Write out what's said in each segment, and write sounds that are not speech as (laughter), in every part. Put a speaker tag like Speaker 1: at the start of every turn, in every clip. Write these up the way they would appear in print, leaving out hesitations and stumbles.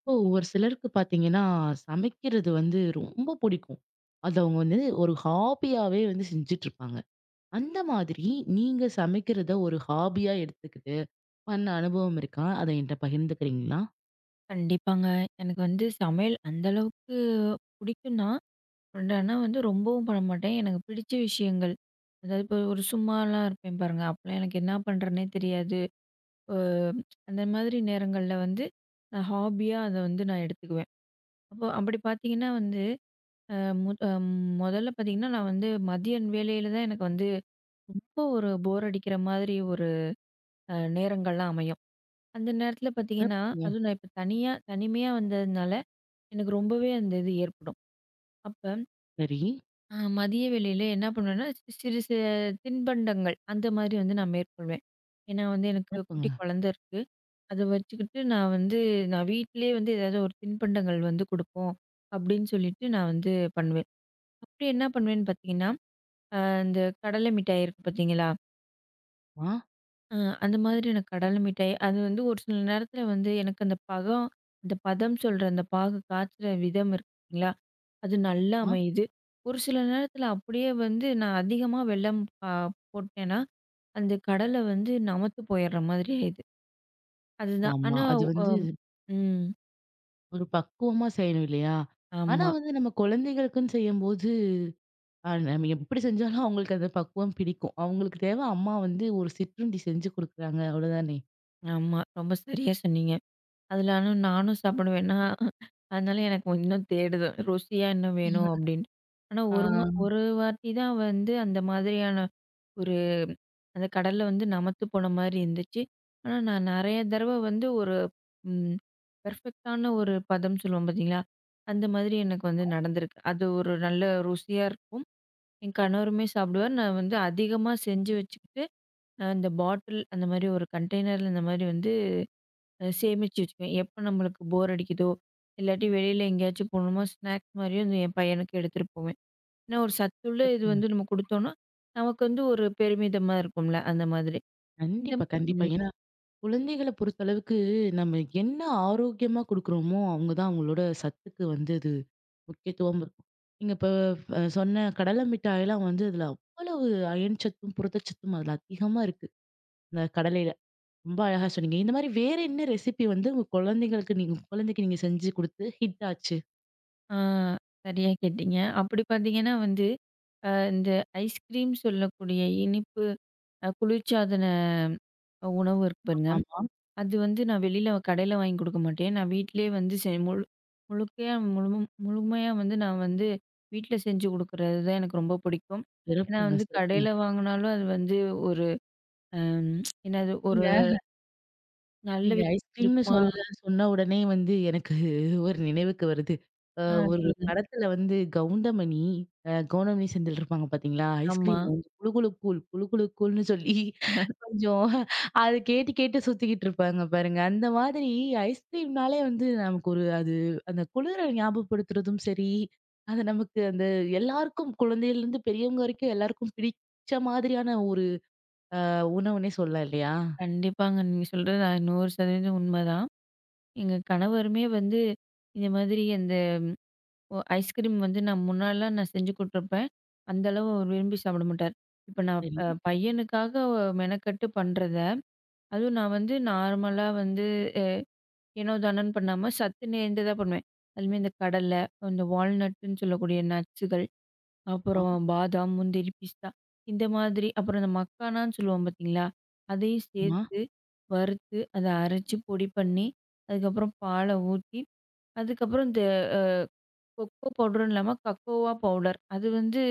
Speaker 1: இப்போ ஒரு சிலருக்கு பார்த்தீங்கன்னா, சமைக்கிறது வந்து ரொம்ப பிடிக்கும். அது அவங்க வந்து ஒரு ஹாபியாவே வந்து செஞ்சுட்டுருப்பாங்க. அந்த மாதிரி நீங்க சமைக்கிறத ஒரு ஹாபியா எடுத்துக்கிட்டு பண்ண அனுபவம் இருக்கா? அத என்ட்ட பகிர்ந்துக்கிறீங்களா?
Speaker 2: கண்டிப்பாங்க. எனக்கு வந்து சமையல் அந்த அளவுக்கு பிடிக்கும் தான். பட் ஆனா வந்து ரொம்பவும் பண்ண மாட்டேன். எனக்கு பிடிச்ச விஷயங்கள், அதாவது இப்போ ஒரு சும்மாலாம் இருப்பேன் பாருங்க, அப்பலாம் எனக்கு என்ன பண்ணுறேன்னே தெரியாது. அ அந்த மாதிரி நேரங்கள்ல வந்து நான் ஹாபியா அத வந்து நான் எடுத்துக்குவேன். அப்போ அப்படி பார்த்தீங்கன்னா வந்து அ மு அ மொதல்ல பார்த்தீங்கன்னா, நான் வந்து மதிய வேளையில தான் எனக்கு வந்து ரொம்ப ஒரு போர் அடிக்கிற மாதிரி ஒரு நேரங்கள்லாம் அமையும். அந்த நேரத்தில பார்த்தீங்கன்னா,
Speaker 1: சிறப்புங்க.
Speaker 2: அதுவும் நான் இப்போ தனியா தனிமையா வந்ததுனால எனக்கு ரொம்பவே அந்த இது ஏற்படும். அப்ப
Speaker 1: சரி.
Speaker 2: மதிய வேளையில என்ன பண்ணுவேன்னா, சிறு சிறு தின்பண்டங்கள் அந்த மாரி வந்து நான் மேற்கொள்வேன். ஏன்னா வந்து எனக்கு குட்டி
Speaker 1: சிறப்புங்க.
Speaker 2: குழந்தை இருக்கு. அத வச்சுக்கிட்டு நான் வந்து நான் வீட்டிலேயே வந்து ஏதாவது ஒரு தின்பண்டங்கள் வந்து குடுப்போம், அப்படின்னு சொல்லிட்டு நான் வந்து பண்ணுவேன். அப்படி என்ன பண்ணுவேன்னு பார்த்தீங்கன்னா, அ இந்த கடலை மிட்டாய் இருக்கு பார்த்தீங்களா?
Speaker 1: ஆ,
Speaker 2: அ அந்த மாதிரி எனக்கு கடலை மிட்டாய் அது வந்து ஒரு சில நேரத்தில வந்து எனக்கு அந்த பதம் சொல்ற அந்த பாகு காய்ச்சுற விதம் இருக்குங்களா? அது நல்லா
Speaker 1: ஆ,
Speaker 2: அமையுது. ஒரு சில நேரத்தில அப்படியே வந்து நான் அதிகமா வெல்லம் அ போட்டேன்னா, அந்த கடல வந்து நமத்து போயிடுற மாதிரி ஆயிடுது. அதுதான்.
Speaker 1: ஆமா.
Speaker 2: ஆனா,
Speaker 1: அது
Speaker 2: அ
Speaker 1: வந்து
Speaker 2: ம்.
Speaker 1: ஒரு பக்குவமா செய்யணும் இல்லையா? ஆனா
Speaker 2: ஆமா,
Speaker 1: வந்து நம்ம குழந்தைகளுக்குன்னு செய்யும்போது, நம்ம எப்படி செஞ்சாலும் அவங்களுக்கு அந்த பக்குவம் பிடிக்கும். அவங்களுக்கு தேவை அம்மா வந்து ஒரு சிற்றுண்டி செஞ்சு குடுக்குறாங்க அவ்வளோதானே!
Speaker 2: ஆமா. ரொம்ப சரியா சொன்னீங்க. அதில ஆனா நானும் சாப்பிடுவேனா, அதனால எனக்கு இன்னும் தேடுது. ருசியா இன்னும் வேணும் அப்டின்ட்டு. ஆனா
Speaker 1: ஆ.
Speaker 2: ஒரு வாட்டி தான் வந்து அந்த மாதிரியான ஒரு அந்த கடல்ல வந்து நமத்து போன மாரி இருந்துச்சு. ஆனா நான் நெறைய தடவ வந்து ஒரு ம் பெர்ஃபெக்ட்டான ஒரு பதம் சொல்லுவோம் பார்த்தீங்களா? அந்த மாதிரி எனக்கு வந்து நடந்திருக்கு. அது ஒரு நல்ல ருசியா இருக்கும். என் கணவருமே சாப்பிடுவார். நான் வந்து அதிகமா செஞ்சு வச்சுக்கிட்டு, நான் இந்த பாட்டில் அந்த மாரி ஒரு கண்டெய்னர்ல இந்த மாரி வந்து சேமிச்சு வச்சுக்குவேன். எப்போ நம்மளுக்கு போர் அடிக்குதோ, இல்லாட்டி வெளியில எங்கேயாச்சும் போணுமா, ஸ்நாக்ஸ் மாரியும் இந்த என் பையனுக்கு எடுத்துட்டு போவேன். ஏன்னா, ஒரு சத்துள்ள இது
Speaker 1: சிறப்புங்க.
Speaker 2: வந்து நம்ம குடுத்தோம்னா, நமக்கு வந்து ஒரு பெருமிதமா இருக்கும்ல, அந்த மாதிரி. இந்த
Speaker 1: கண்டிப்பா, கண்டிப்பா.
Speaker 2: ம்.
Speaker 1: ஏன்னா, குழந்தைகள பொறுத்தளவுக்கு நம்ம என்ன ஆரோக்கியமா குடுக்குறோமோ, அவங்க தான் அவங்களோட சத்துக்கு வந்து அது முக்கியத்துவம் இருக்கும். நீங்க இப்ப சொன்ன கடலை மிட்டாயெல்லாம் வந்து அதில அவ்வளவு அயன் சத்தும், புரதச்சத்தும் அதில அதிகமா இருக்கு. இந்த கடலையில. ரொம்ப அழகா சொன்னீங்க. இந்த மாரி வேற என்ன ரெசிபி வந்து உங்க குழந்தைங்களுக்கு நீங்க குழந்தைக்கு நீங்க செஞ்சு குடுத்து ஹிட் ஆச்சு?
Speaker 2: ஆ சரியா கேட்டீங்க. அப்படி பார்த்தீங்கன்னா வந்து, இந்த ஐஸ்கிரீம் சொல்லக்கூடிய இனிப்பு குளிர்சாதன உணவு இருக்கு பாருங்க.
Speaker 1: ஆமா.
Speaker 2: அது வந்து நான் வெளியில கடையில வாங்கி குடுக்க மாட்டேன். நான் வீட்லயே வந்து செ முழு முழுக்கையா முழுமு முழுமையா வந்து நான் வந்து வீட்ல செஞ்சு குடுக்குறது தான் எனக்கு ரொம்ப பிடிக்கும். ஏன்னா
Speaker 1: சிறப்புங்க,
Speaker 2: வந்து
Speaker 1: சிறப்புங்க.
Speaker 2: கடையில வாங்குனாலும் அது வந்து ஒரு அம் என்னது ஒரு
Speaker 1: நீங்க
Speaker 2: நல்ல
Speaker 1: நீங்க
Speaker 2: வி-
Speaker 1: ஐஸ்கிரீம்னு
Speaker 2: இருக்குமா?
Speaker 1: சொல்ல சொன்ன உடனே வந்து எனக்கு ஒரு நினைவுக்கு வருது. அ
Speaker 2: ஆ
Speaker 1: ஒரு
Speaker 2: சொல்லுங்க.
Speaker 1: படத்துல வந்து கவுண்டமணி, கவுண்டமணி செந்தில் இருப்பாங்க பாத்தீங்களா?
Speaker 2: ஆமா.
Speaker 1: ஐஸ்கிரீம் வந்து குளு குளு கூல், குளு குளு கூல்ன்னு சொல்லி கொஞ்சம் அத கேட்டு கேட்டு சுத்திக்கிட்டு இருப்பாங்க பாருங்க. அந்த மாதிரி ஐஸ்கிரீம்னாலே வந்து நமக்கு ஒரு அது அந்த குளிர ஞாபகப்படுத்துறதும் சரி, அது நமக்கு அந்த எல்லாருக்கும் குழந்தையிலருந்து பெரியவங்க வரைக்கும் எல்லாருக்கும் பிடிச்ச மாதிரியான ஒரு உணவுன்னே சொல்லலாம் இல்லையா?
Speaker 2: கண்டிப்பாங்க. நீங்க சொல்றது 100% உண்மதான். எங்க கணவருமே வந்து இந்த மாதிரி அந்த ஐஸ்கிரீம் வந்து நான் முன்னாடிலாம் நான் செஞ்சு குடுத்துருப்பேன். அந்த அளவு அவர் விரும்பி சாப்பிட மாட்டார். இப்ப நான்
Speaker 1: சரி.
Speaker 2: பையனுக்காக மெனக்கட்டு பண்றது. அதுவும் நான் வந்து நார்மலா வந்து ஏனோ தானோன்னு பண்ணாம சத்து நிறைந்ததா பண்ணுவேன். அதுமாரி இந்த கடல, இந்த வால்நட்டுன்னு சொல்லக்கூடிய நட்ஸுகள்,
Speaker 1: ஆமா.
Speaker 2: அப்புறம் பாதாம், முந்திரி, பிஸ்தா இந்த மாதிரி அப்புறம் இந்த மக்கானான்னு சொல்லுவோம் பார்த்தீங்களா? அதையும்
Speaker 1: ஆமா.
Speaker 2: சேர்த்து வறுத்து, அத அரைச்சு பொடி பண்ணி, அதுக்கப்புறம் பால ஊத்தி, அதுக்கப்புறம் இந்த கொக்கோ பவுடர்ன்னு இல்லாம கக்கோவா பவுடர். அது வந்து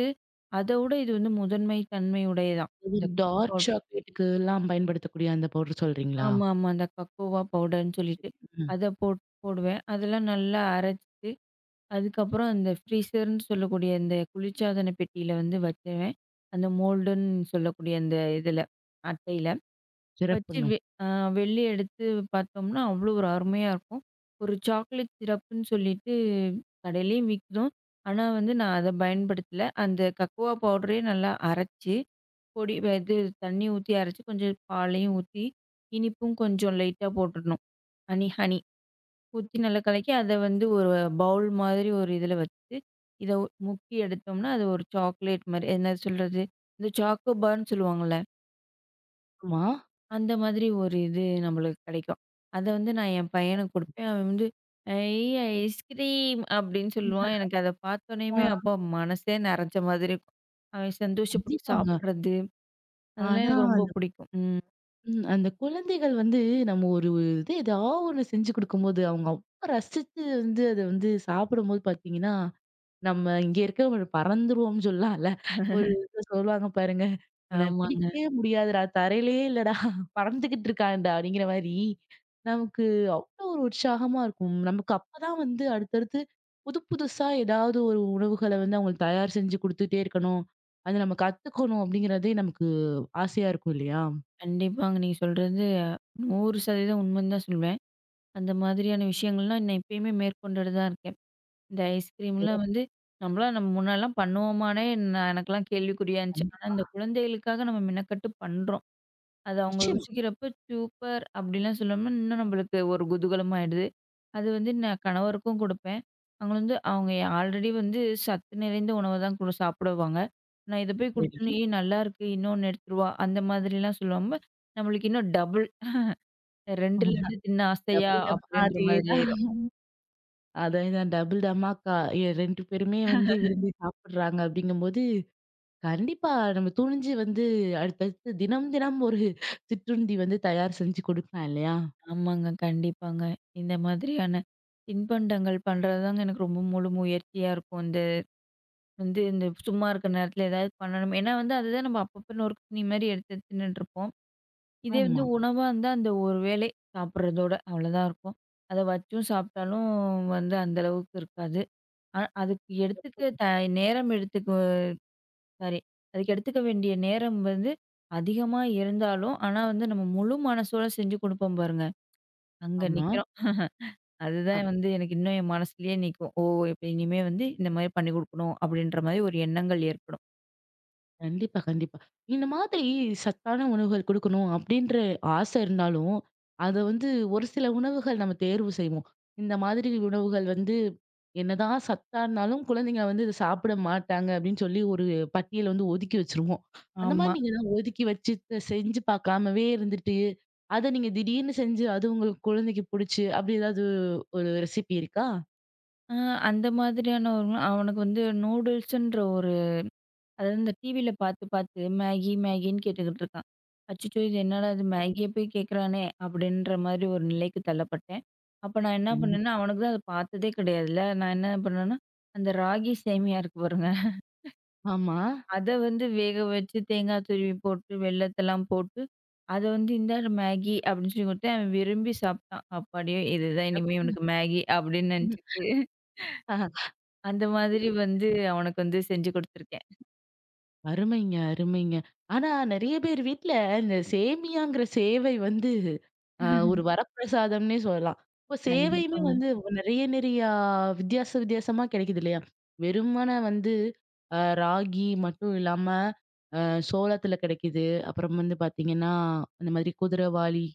Speaker 2: அதோட இது வந்து முதன்மை தன்மை உடையதாம்.
Speaker 1: அது
Speaker 2: இந்த கொக்கோ
Speaker 1: டார்க்
Speaker 2: பவுடர்.
Speaker 1: சாக்லேட்டுக்குலாம் பயன்படுத்தக்கூடிய அந்த பவுடர் சொல்றீங்களா?
Speaker 2: ஆமா, ஆமா. அந்த கக்கோவா பவுடர்ன்னு சொல்லிட்டு,
Speaker 1: சரி. ம்.
Speaker 2: அத போட் போடுவேன். அதெல்லாம் நல்லா அரைச்சுட்டு, அதுக்கப்புறம் அந்த ஃப்ரீசர்ன்னு சொல்லக்கூடிய இந்த குளிர்சாதன பெட்டியில வந்து வச்சுருவேன். அந்த மோல்டுன்னு சொல்லக்கூடிய அந்த இதுல, அட்டையில. வச்சு
Speaker 1: சிறப்புங்க.
Speaker 2: வெ அ வெளிய எடுத்து பார்த்தோம்னா, அவ்வளோ ஒரு அருமையா இருக்கும். ஒரு சாக்லேட் சிரப்புன்னு சொல்லிட்டு கடையிலயும் விக்கும். ஆனா வந்து நான் அத பயன்படுத்தல. அந்த கக்கோவா பவுடரே நல்லா அரைச்சு பொடி வ இது தண்ணி ஊத்தி அரைச்சு, கொஞ்சம் பாலையும் ஊத்தி, இனிப்பும் கொஞ்சம் லைட்டா போட்டுறணும். ஹனி ஹனி ஊத்தி நல்லா கலக்கி, அத வந்து ஒரு பவுல் மாதிரி ஒரு இதில வச்சு, இத முக்கி எடுத்தோம்னா, அது ஒரு சாக்லேட் மாரி என்ன சொல்றது? இந்த சாக்கோ பார்ன்னு சொல்லுவாங்கல்ல,
Speaker 1: ஆமா.
Speaker 2: அந்த மாதிரி ஒரு இது நம்மளுக்கு கிடைக்கும். அத வந்து நான் என் பையனுக்கு குடுப்பேன். அவன் வந்து, "ஐய் ஐஸ்கிரீம்" அப்படின்னு சொல்லுவான். எனக்கு அத
Speaker 1: ஆ
Speaker 2: பார்த்தோனேயுமே அப்பா மனசே நெறஞ்ச மாதிரி இருக்கும். அவன் சந்தோஷப்பட்டு
Speaker 1: கண்டிப்பாங்க.
Speaker 2: சாப்பிடுறது, அதெல்லாம்
Speaker 1: ஆனா
Speaker 2: எனக்கு ரொம்ப
Speaker 1: அந்த
Speaker 2: பிடிக்கும். ம்.
Speaker 1: ம் அந்த குழந்தைகள் வந்து நம்ம ஒரு இது ஏதாவது ஒண்ணு செஞ்சு குடுக்கும்போது, அவங்க அவ்ளோ ரசிச்சு வந்து அத வந்து சாப்பிடும்போது பார்த்தீங்கன்னா நம்ம இங்க இருக்க ஒரு பறந்துருவோம்னு சொல்லலாம்ல. ஒரு இது சொல்லுவாங்க பாருங்க. "இவன
Speaker 2: ஆமாங்க.
Speaker 1: பிடிக்கவே முடியாதுடா, தரையிலேயே இல்லடா, பறந்துகிட்டு இருக்கான்டா" அப்படிங்கிற மாரி, நமக்கு அவ்ளோ ஒரு உற்சாகமா இருக்கும். நமக்கு அப்பதான் வந்து அடுத்தடுத்து புது புதுசா ஏதாவது ஒரு உணவுகள வந்து அவங்களுக்கு தயார் செஞ்சு குடுத்துட்டே இருக்கணும். அது நம்ம கத்துக்கணும் அப்படிங்கிறதே நமக்கு ஆசையா இருக்கும் இல்லையா?
Speaker 2: கண்டிப்பாங்க. நீங்க சொல்றது 100% உண்மைன்னு தான் சொல்வேன். அந்த மாதிரியான விஷயங்கள்லாம் நான் இப்பயுமே மேற்கொண்டுட்டு தான் இருக்கேன். இந்த ஐஸ்கிரீம்லாம்
Speaker 1: சிறப்பு.
Speaker 2: வந்து நம்மளா நம்ம முன்னாடிலாம் பண்ணுவோமான்னே நான் எனக்கெல்லாம் கேள்விக்குறியா இருந்துச்சு. ஆனா இந்த குழந்தைகளுக்காக நம்ம மெனக்கட்டு பண்றோம். அது அவங்க
Speaker 1: நிச்சயமா.
Speaker 2: ருசிக்கிறப்ப சூப்பர் அப்படிலாம் சொல்லாம இன்னும் நம்மளுக்கு ஒரு குதூகலமாயிடுது. அது வந்து நான் கணவருக்கும் கொடுப்பேன். அவங்க வந்து அவங்க ஆல்ரெடி வந்து சத்து நிறைந்த உணவ தான் கூட சாப்பிடுவாங்க. நான் இத போய் குடுத்தோனே,
Speaker 1: சரி.
Speaker 2: "ஏய் நல்லாருக்கு இன்னொன்னு எடுத்துட்டு வா" அந்த மாதிரிலாம் சொல்லாம, நம்மளுக்கு இன்னும் டபுள் 2 லட்டு
Speaker 1: (laughs)
Speaker 2: தின்ன ஆசையா அப்படின்ற மாதிரி
Speaker 1: அதேதான்.
Speaker 2: ஆயிரும்.
Speaker 1: அதேதான் டபுள் டமாக்கா. 2 பேருமே வந்து விரும்பி சாப்பிடுறாங்க அப்படிங்கும்போது, கண்டிப்பா நம்ம துணிஞ்சு வந்து அடுத்தடுத்து தினம், தினம் ஒரு சிற்றுண்டி வந்து தயார் செஞ்சு குடுக்கலாம் இல்லையா?
Speaker 2: ஆமாங்க, கண்டிப்பாங்க. இந்த மாதிரியான தின்பண்டங்கள் பண்றது தாங்க எனக்கு ரொம்ப முழு முயற்சியா இருக்கும். வந்து இந்த சும்மா இருக்க நேரத்துல ஏதாவது பண்ணணும். ஏன்னா வந்து அதுதான் நம்ம அப்பப்ப நொறுக்குத்தீனி மாரி எடுத்து எடுத்து தின்னுட்டுருப்போம். இதே வந்து
Speaker 1: ஆமா,
Speaker 2: ம். உணவா இருந்தா அந்த ஒரு வேளை சாப்பிடுறதோட அவ்வளோதான் இருக்கும். அத வச்சும் சாப்பிட்டாலும் வந்து அந்த அளவுக்கு இருக்காது. அ அதுக்கு எடுத்துக்க த நேரம் எடுத்துக்கு சாரி அதுக்கு எடுத்துக்க வேண்டிய நேரம் வந்து அதிகமா இருந்தாலும், ஆனா வந்து நம்ம முழு மனசோட செஞ்சு குடுப்போம் பாருங்க, அங்க
Speaker 1: ஆமா.
Speaker 2: நிக்கிறோம். அதுதான் வந்து எனக்கு இன்னும் என் மனசுலயே நிக்கும். ஓ! இப்ப இனிமே வந்து இந்த மாரி பண்ணி குடுக்கணும் அப்படின்ற மாரி ஒரு எண்ணங்கள் ஏற்படும்.
Speaker 1: கண்டிப்பா, கண்டிப்பா. இந்த மாதிரி சத்தான உணவுகள் குடுக்கணும் அப்படின்ற ஆசை இருந்தாலும், அத வந்து ஒரு சில உணவுகள் நம்ம தேர்வு செய்வோம். இந்த மாதிரி உணவுகள் வந்து என்னதான் சத்தா இருந்தாலும் குழந்தைங்க வந்து இத சாப்பிட மாட்டாங்க அப்படின்னு சொல்லி ஒரு பட்டியல் வந்து ஒதுக்கி வச்சுருவோம். அந்த
Speaker 2: ஆமா.
Speaker 1: மாதிரி நீங்க ஏதாவது ஒதுக்கி வச்சு செஞ்சு பார்க்காமவே இருந்துட்டு, அத நீங்க திடீர்னு செஞ்சு அது உங்க குழந்தைக்கு புடிச்சு அப்படி ஏதாவது ஒரு ரெசிபி இருக்கா?
Speaker 2: ஆ அந்த மாதிரியான ஒரு அவனுக்கு வந்து நூடுல்ஸ்ன்ற ஒரு அதாவது இந்த டிவியில பார்த்து பார்த்து மேகி, மேகின்னு கேட்டுக்கிட்டு இருக்கான். அச்சச்சோ! இது என்னடா இது மேகிய போய் கேட்குறானே! அப்படின்ற மாதிரி ஒரு நிலைக்கு தள்ளப்பட்டேன். அப்ப நான் என்ன பண்ணேன்னா,
Speaker 1: கண்டிப்பா.
Speaker 2: அவனுக்கு தான் அத பார்த்ததே கிடையாதுல்ல. நான் என்ன பண்ணேன்னா, அந்த ராகி சேமியா இருக்கு பாருங்க.
Speaker 1: ஆமா.
Speaker 2: அத வந்து வேக வச்சு தேங்காய் துருவி போட்டு, வெல்லத்தெல்லாம் போட்டு, அத வந்து இந்தாரு மேகி அப்படின்னு சொல்லி குடுத்தேன். அவன் விரும்பி சாப்பிட்டான். அப்பாடியோ! இதுதான் இனிமே இவனுக்கு மேகி அப்படின்னு நினைச்சுட்டு
Speaker 1: (laughs)
Speaker 2: அந்த மாதிரி வந்து அவனுக்கு வந்து செஞ்சு குடுத்துருக்கேன்.
Speaker 1: அருமைங்க, அருமைங்க. ஆனா நெறைய பேர் வீட்ல இந்த சேமியாங்கிற சேவை வந்து ஒரு ம். வரப்பிரசாதம்னே சொல்லலாம். இப்போ சேவையுமே ம்.
Speaker 2: கண்டிப்பாங்க.
Speaker 1: வந்து நெறைய நெறையா வித்தியாச வித்தியாசமா கிடைக்குது இல்லையா? வெறுமன வந்து ராகி மட்டும் இல்லாம அ சோளத்துல கிடைக்குது. அப்புறம் வந்து பார்த்தீங்கன்னா, அந்த மாதிரி குதிரவாளி,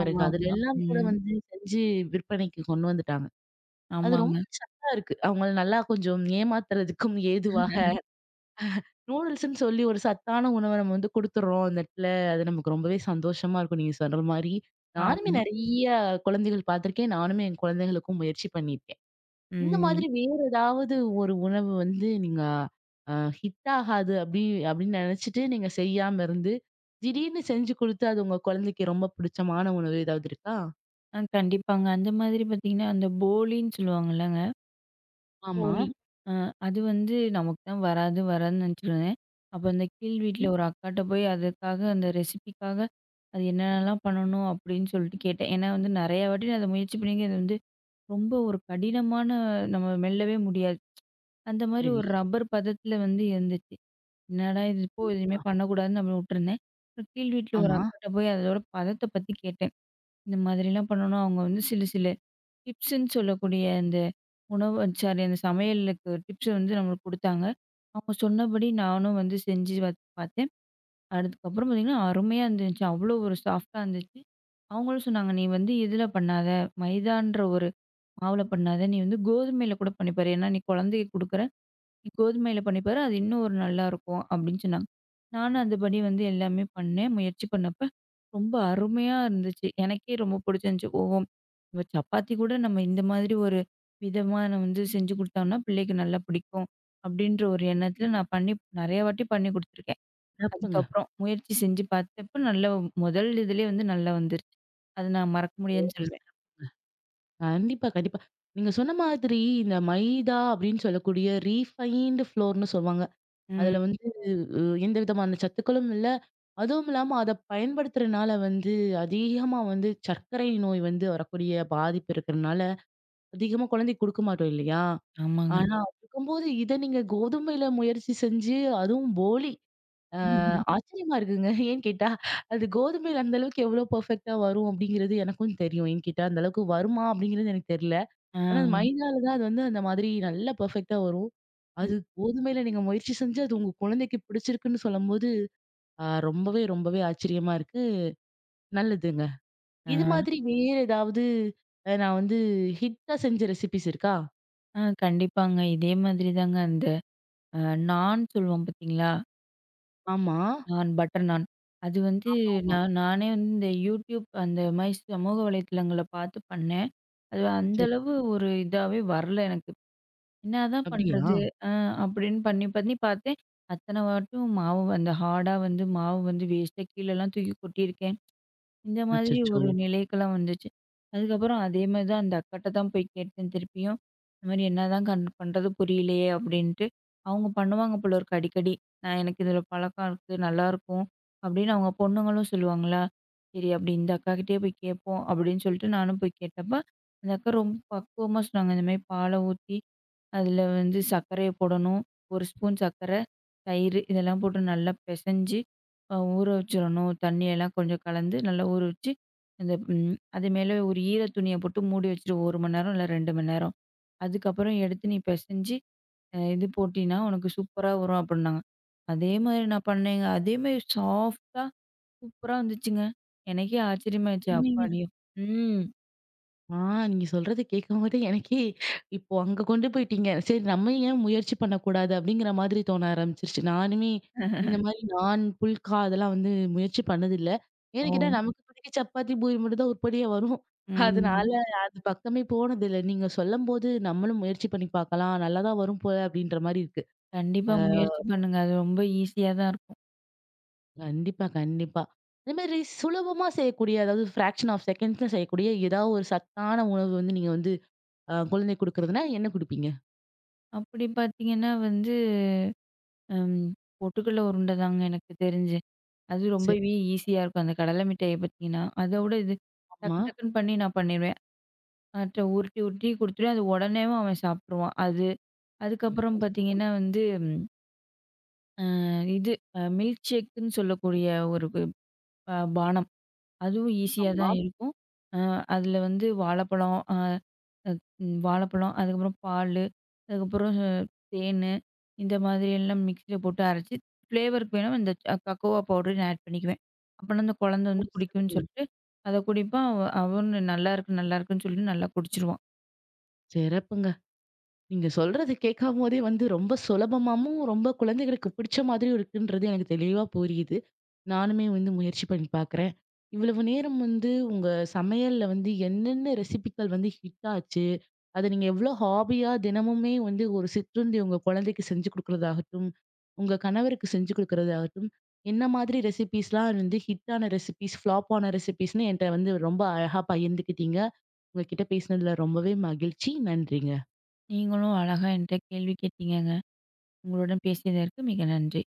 Speaker 2: ஆமா,
Speaker 1: அதுல
Speaker 2: ஆமா.
Speaker 1: எல்லாம் கூட
Speaker 2: ம்.
Speaker 1: வந்து செஞ்சு விற்பனைக்கு கொண்டு வந்துட்டாங்க. அது
Speaker 2: ஆமாங்க.
Speaker 1: ரொம்ப சத்தா இருக்கு. அவங்கள நல்லா கொஞ்சம் ஏமாத்துறதுக்கும் ஏதுவாக. நூடுல்ஸ்ன்னு சொல்லி ஒரு சத்தான உணவ நம்ம வந்து குடுத்துர்றோம் அந்த இடத்துல. அது நமக்கு ரொம்பவே சந்தோஷமா இருக்கும் நீங்க சொல்ற மாரி. நானுமே
Speaker 2: ஆமா.
Speaker 1: நெறைய குழந்தைகள் பார்த்துருக்கேன். நானுமே என் குழந்தைகளுக்கும் முயற்சி பண்ணியிருக்கேன். இந்த
Speaker 2: ம்.
Speaker 1: மாதிரி வேற ஏதாவது ஒரு உணவு வந்து நீங்க அ ஹிட் ஆகாது அப்படி அப்படின்னு நெனச்சுட்டு நீங்க செய்யாம இருந்து, திடீர்னு செஞ்சு குடுத்து அது உங்க குழந்தைக்கு ரொம்ப பிடிச்சமான உணவு ஏதாவது இருக்கா?
Speaker 2: கண்டிப்பாங்க. அந்த மாதிரி பார்த்தீங்கன்னா, அந்த போலின்னு சொல்லுவாங்கல்லங்க.
Speaker 1: ஆமா.
Speaker 2: போலி. அ அது வந்து நமக்கு தான் வராது வராதுன்னு நினச்சுருவேன். அப்போ அந்த கீழ் வீட்ல
Speaker 1: சரி,
Speaker 2: ஒரு அக்காட்ட போய் அதுக்காக அந்த ரெசிபிக்காக அது என்னென்னலாம் பண்ணணும் அப்படின்னு சொல்லிட்டு கேட்டேன். ஏன்னா வந்து நெறையா வாட்டி நான் அத முயற்சி பண்ணிங்க அது வந்து ரொம்ப ஒரு கடினமான நம்ம மெல்லவே முடியாது. அந்த மாதிரி
Speaker 1: சரி.
Speaker 2: ஒரு ரப்பர் பதத்தில வந்து இருந்துச்சு. என்னடா இது போ! எதுவுமே
Speaker 1: கண்டிப்பா.
Speaker 2: பண்ணக்கூடாதுன்னு நம்ம விட்டுருந்தேன். அப்புறம் கீழ் வீட்ல ஒரு
Speaker 1: ஆமா.
Speaker 2: அக்காட்ட போய் அதோட பதத்த பத்தி கேட்டேன். இந்த மாதிரிலாம் பண்ணோம்னா, அவங்க வந்து சில சில டிப்ஸுன்னு சொல்லக்கூடிய அந்த உணவு சாரி அந்த சமையலுக்கு டிப்ஸ வந்து நம்மளுக்கு குடுத்தாங்க. அவங்க சொன்னபடி நானும் வந்து செஞ்சு பார்த்தேன். அதுக்கப்புறம் பார்த்தீங்கன்னா, அருமையா இருந்துச்சு. அவ்வளோ ஒரு சாஃப்ட்டா இருந்துச்சு. அவங்களும் சொன்னாங்க, "நீ வந்து இதுல பண்ணாத, மைதான்ற ஒரு மாவுல பண்ணாத. நீ வந்து கோதுமையில கூட பண்ணி பாரு. ஏன்னா, நீ குழந்தைக்கு குடுக்குற" கோதுமையில பண்ணி பாரு. அது இன்னும் ஒரு நல்லாருக்கும் அப்படின்னு சொன்னாங்க. நானும் அதுபடி வந்து எல்லாமே பண்ணேன். முயற்சி பண்ணப்ப ரொம்ப அருமையா இருந்துச்சு. எனக்கே ரொம்ப பிடிச்சிருந்துச்சு. ஓஹோ! நம்ம சப்பாத்தி கூட நம்ம இந்த மாதிரி ஒரு விதமா வந்து செஞ்சு குடுத்தோம்னா, பிள்ளைக்கு நல்லா பிடிக்கும். அப்படின்ற ஒரு எண்ணத்துல நான் பண்ணி நெறைய வாட்டி பண்ணி குடுத்துருக்கேன்.
Speaker 1: இறப்புங்க.
Speaker 2: அதுக்கப்புறம் முயற்சி செஞ்சு பார்த்தப்ப நல்ல முதல் இதுலயே வந்து நல்லா வந்துருச்சு. அது நான் மறக்க
Speaker 1: ஓ!
Speaker 2: முடியாதுன்னு சொல்லுவேன்.
Speaker 1: கண்டிப்பா, கண்டிப்பா. நீங்க சொன்ன மாதிரி இந்த மைதா அப்படின்னு சொல்லக்கூடிய ரீஃபைன்டு ஃப்ளோர்ன்னு சொல்லுவாங்க.
Speaker 2: ம்.
Speaker 1: அதுல வந்து அ எந்த விதமான சத்துக்களும் இல்ல. அதுவும் இல்லாம அத பயன்படுத்துறனால வந்து அதிகமா வந்து சர்க்கரை நோய் வந்து வரக்கூடிய பாதிப்பு இருக்கிறனால, அதிகமா குழந்தைக்கு குடுக்க மாட்டோம் இல்லையா?
Speaker 2: ஆமாங்க.
Speaker 1: ஆனா அப்படி இருக்கும்போது இத நீங்க கோதுமையில முயற்சி செஞ்சு அதுவும் போலி. ஆச்சரியமா இருக்குங்க. ஏன்னு கேட்டா, அது கோதுமையில அந்த அளவுக்கு எவ்வளோ பெர்ஃபெக்ட்டா வரும் அப்படிங்கிறது எனக்கும் தெரியும். ஏன்னு கேட்டா அந்த அளவுக்கு வருமா அப்படிங்கிறது எனக்கு தெரியல.
Speaker 2: ஆ.
Speaker 1: ஆனா அது மைதால தான் அது வந்து அந்த மாதிரி நல்லா பெர்ஃபெக்ட்டா வரும்.
Speaker 2: ம்.
Speaker 1: அது கோதுமையில நீங்க முயற்சி செஞ்சு அது உங்க குழந்தைக்கு பிடிச்சிருக்குன்னு சொல்லும்போது, ஆ ரொம்பவே, ரொம்பவே ஆச்சரியமா இருக்கு. நல்லதுங்க.
Speaker 2: ஆ.
Speaker 1: இது மாதிரி வேற ஏதாவது நான் வந்து ஹிட்டா செஞ்ச ரெசிபீஸ் இருக்கா?
Speaker 2: ஆ கண்டிப்பாங்க. இதே மாதிரி தாங்க அந்த அ நான் சொல்லுவோம் பார்த்தீங்களா?
Speaker 1: ஆமா.
Speaker 2: நான் பட்டர் நான். அது வந்து
Speaker 1: ஆமா.
Speaker 2: நான் நானே வந்து இந்த யூடியூப் அந்த மாரி சமூக வலைத்தளங்கள பார்த்து பண்ணேன். அது அந்த
Speaker 1: சரி.
Speaker 2: அளவு ஒரு இதாவே வரல எனக்கு. "என்னதான்
Speaker 1: அப்படியா?
Speaker 2: பண்றது?" அ அப்படின்னு பண்ணி பண்ணி பார்த்தேன். அத்தன வாட்டும் மாவு அந்த ஹார்டா வந்து மாவு வந்து வேஸ்ட்டா கீழலாம் தூக்கி கொட்டியிருக்கேன். இந்த மாதிரி
Speaker 1: அச்சச்சோ!
Speaker 2: ஒரு நிலைக்கெல்லாம் வந்துச்சு. அதுக்கப்புறம் அதே மாரி தான் அந்த அக்காட்ட தான் போய் கேட்டேன் திருப்பியும். இந்த மாரி என்னதான் பண்றது புரியலையே அப்படின்ட்டு. அவங்க பண்ணுவாங்க போல இருக்கு அடிக்கடி. நான் எனக்கு இதில பழக்கம் இருக்கு, நல்லாயிருக்கும் அப்படின்னு அவங்க பொண்ணுங்களும் சொல்லுவாங்களா. சரி அப்படி இந்த அக்காகிட்டயே போய் கேட்போம் அப்படின்னு சொல்லிட்டு நானும் போய் கேட்டப்ப, அந்த அக்கா ரொம்ப பக்குவமா சொன்னாங்க. இந்த மாரி பாலை ஊத்தி அதில வந்து சர்க்கரைய போடணும். 1 ஸ்பூன் சர்க்கரை, தயிர் இதெல்லாம் போட்டு நல்லா பெசஞ்சு, ஊற வச்சிரணும். தண்ணியெல்லாம் கொஞ்சம் கலந்து நல்லா ஊற வச்சு, அந்த ம் அது மேல ஒரு ஈர துணிய போட்டு மூடி வச்சுரு 1 மணி நேரம் இல்ல 2 மணி நேரம். அதுக்கப்புறம் எடுத்து நீ பெசஞ்சு, இது போட்டீன்னா, உனக்கு சூப்பரா வரும் அப்புட்னாங்க. அதே மாரி நான் பண்ணேங்க. அதே மாரி சாஃப்ட்டா சூப்பரா வந்துச்சுங்க. எனக்கே ஆச்சரியமாயிருச்சு. அப்பாடி! ம்.
Speaker 1: ஆ நீங்க சொல்றத கேட்கும்போது எனக்கே இப்போ அங்க கொண்டு போயிட்டீங்க. சரி நம்ம ஏன் முயற்சி பண்ணக்கூடாது அப்படிங்கிற மாதிரி தோண ஆரம்பிச்சிருச்சு. நானுமே இந்த
Speaker 2: (laughs)
Speaker 1: மாரி நான், புல்கா அதெல்லாம் வந்து முயற்சி பண்ணதில்ல. ஏன்னு
Speaker 2: ஓ!
Speaker 1: கேட்டா நமக்கு இப்போதைக்கு சப்பாத்தி, பூரி மட்டும் தான் உருப்படியா வரும். அதனால
Speaker 2: ம்.
Speaker 1: அது பக்கமே போனதில்ல. நீங்க சொல்லம்போது நம்மளும் முயற்சி பண்ணி பார்க்கலாம். நல்லா தான் வரும் போல அப்படின்ற மாரி இருக்கு.
Speaker 2: கண்டிப்பா
Speaker 1: அ
Speaker 2: முயற்சி பண்ணுங்க. அது ரொம்ப ஈஸியா தான் இருக்கும்.
Speaker 1: கண்டிப்பா, கண்டிப்பா. அதே மாதிரி சுலபமா செய்யக்கூடிய அதாவது ஃபிராக்ஷன் ஆஃப் செகண்ட்ஸ்ல செய்யக்கூடிய ஏதாவது ஒரு சத்தான உணவு வந்து நீங்க வந்து குழந்தைக்கு குடுக்குறதுன்னா என்ன குடுப்பீங்க?
Speaker 2: அப்படி பார்த்தீங்கன்னா வந்து, ம் பொட்டுக்கடல உருண்ட தாங்க எனக்கு தெரிஞ்சு. அது ரொம்பவே ஈஸியா இருக்கும். அந்த கடலை மிட்டாய பார்த்தீங்கன்னா, அதோட இது
Speaker 1: ஆமா.
Speaker 2: டக்கு டக்குன்னு பண்ணி நான் பண்ணிருவேன். அவன்ட்ட உருட்டி உருட்டி குடுத்துருவேன். அது உடனேவும் அவன் சாப்ட்டுருவான். அது
Speaker 1: ஐயோ!
Speaker 2: அதுக்கப்புறம்
Speaker 1: சிறப்பு.
Speaker 2: பார்த்தீங்கன்னா வந்து, அ இது அ மில்க் ஷேக்குன்னு சொல்லக்கூடிய ஒரு பானம். அதுவும் ஈஸியா
Speaker 1: ஆமா.
Speaker 2: தான் இருக்கும். அ அதில வந்து வாழைப்பழம், அ அத் ம் வாழைப்பழம், அதுக்கப்புறம் பாலு, அதுக்கப்புறம் தேனு, இந்த மாதிரி எல்லாம் மிக்ஸில போட்டு அரைச்சு, ஃப்ளேவருக்கு வேணா இந்த கக்கோவா பவுடர் நான் ஆட் பண்ணிக்குவேன். அப்போனா அந்த குழந்தை
Speaker 1: ஓ!
Speaker 2: வந்து குடிக்கும்ன்னு
Speaker 1: சிறப்புங்க.
Speaker 2: சொல்லிட்டு, அத குடிப்பான். அவனும் நல்லாருக்கு, நல்லாருக்குன்னு சொல்லிட்டு நல்லா குடிச்சுருவான்.
Speaker 1: சிறப்புங்க. நீங்க சொல்றது கேட்காமோதே வந்து ரொம்ப சுலபமாவும், ரொம்ப குழந்தைகளுக்கு பிடிச்ச மாதிரியும் இருக்குன்றது எனக்கு தெளிவா புரியுது. நானுமே வந்து முயற்சி பண்ணி பார்க்குறேன். இவ்வளவு நேரம் வந்து உங்க சமையல்ல வந்து என்னென்ன ரெசிபிக்கள் வந்து ஹிட் ஆச்சு, அத நீங்க எவ்ளோ ஹாபியா தினமுமே வந்து ஒரு சிற்றுண்டி உங்க குழந்தைக்கு செஞ்சு குடுக்குறதாகட்டும், உங்க கணவருக்கு செஞ்சு குடுக்குறதாகட்டும், என்ன மாதிரி ரெசிபீஸ்லாம் வந்து ஹிட் ஆன ரெசிபீஸ், ஃப்ளாப் ஆன ரெசிபீஸ்ன்னு என்ட்ட வந்து ரொம்ப அழகா பகிர்ந்துக்கிட்டீங்க. உங்ககிட்ட பேசினதுல ரொம்பவே மகிழ்ச்சி. நன்றிங்க.
Speaker 2: நீங்களும் அழகா என்ட்ட கேள்வி கேட்டீங்கங்க. உங்களுடன் பேசியதற்கு மிக நன்றி.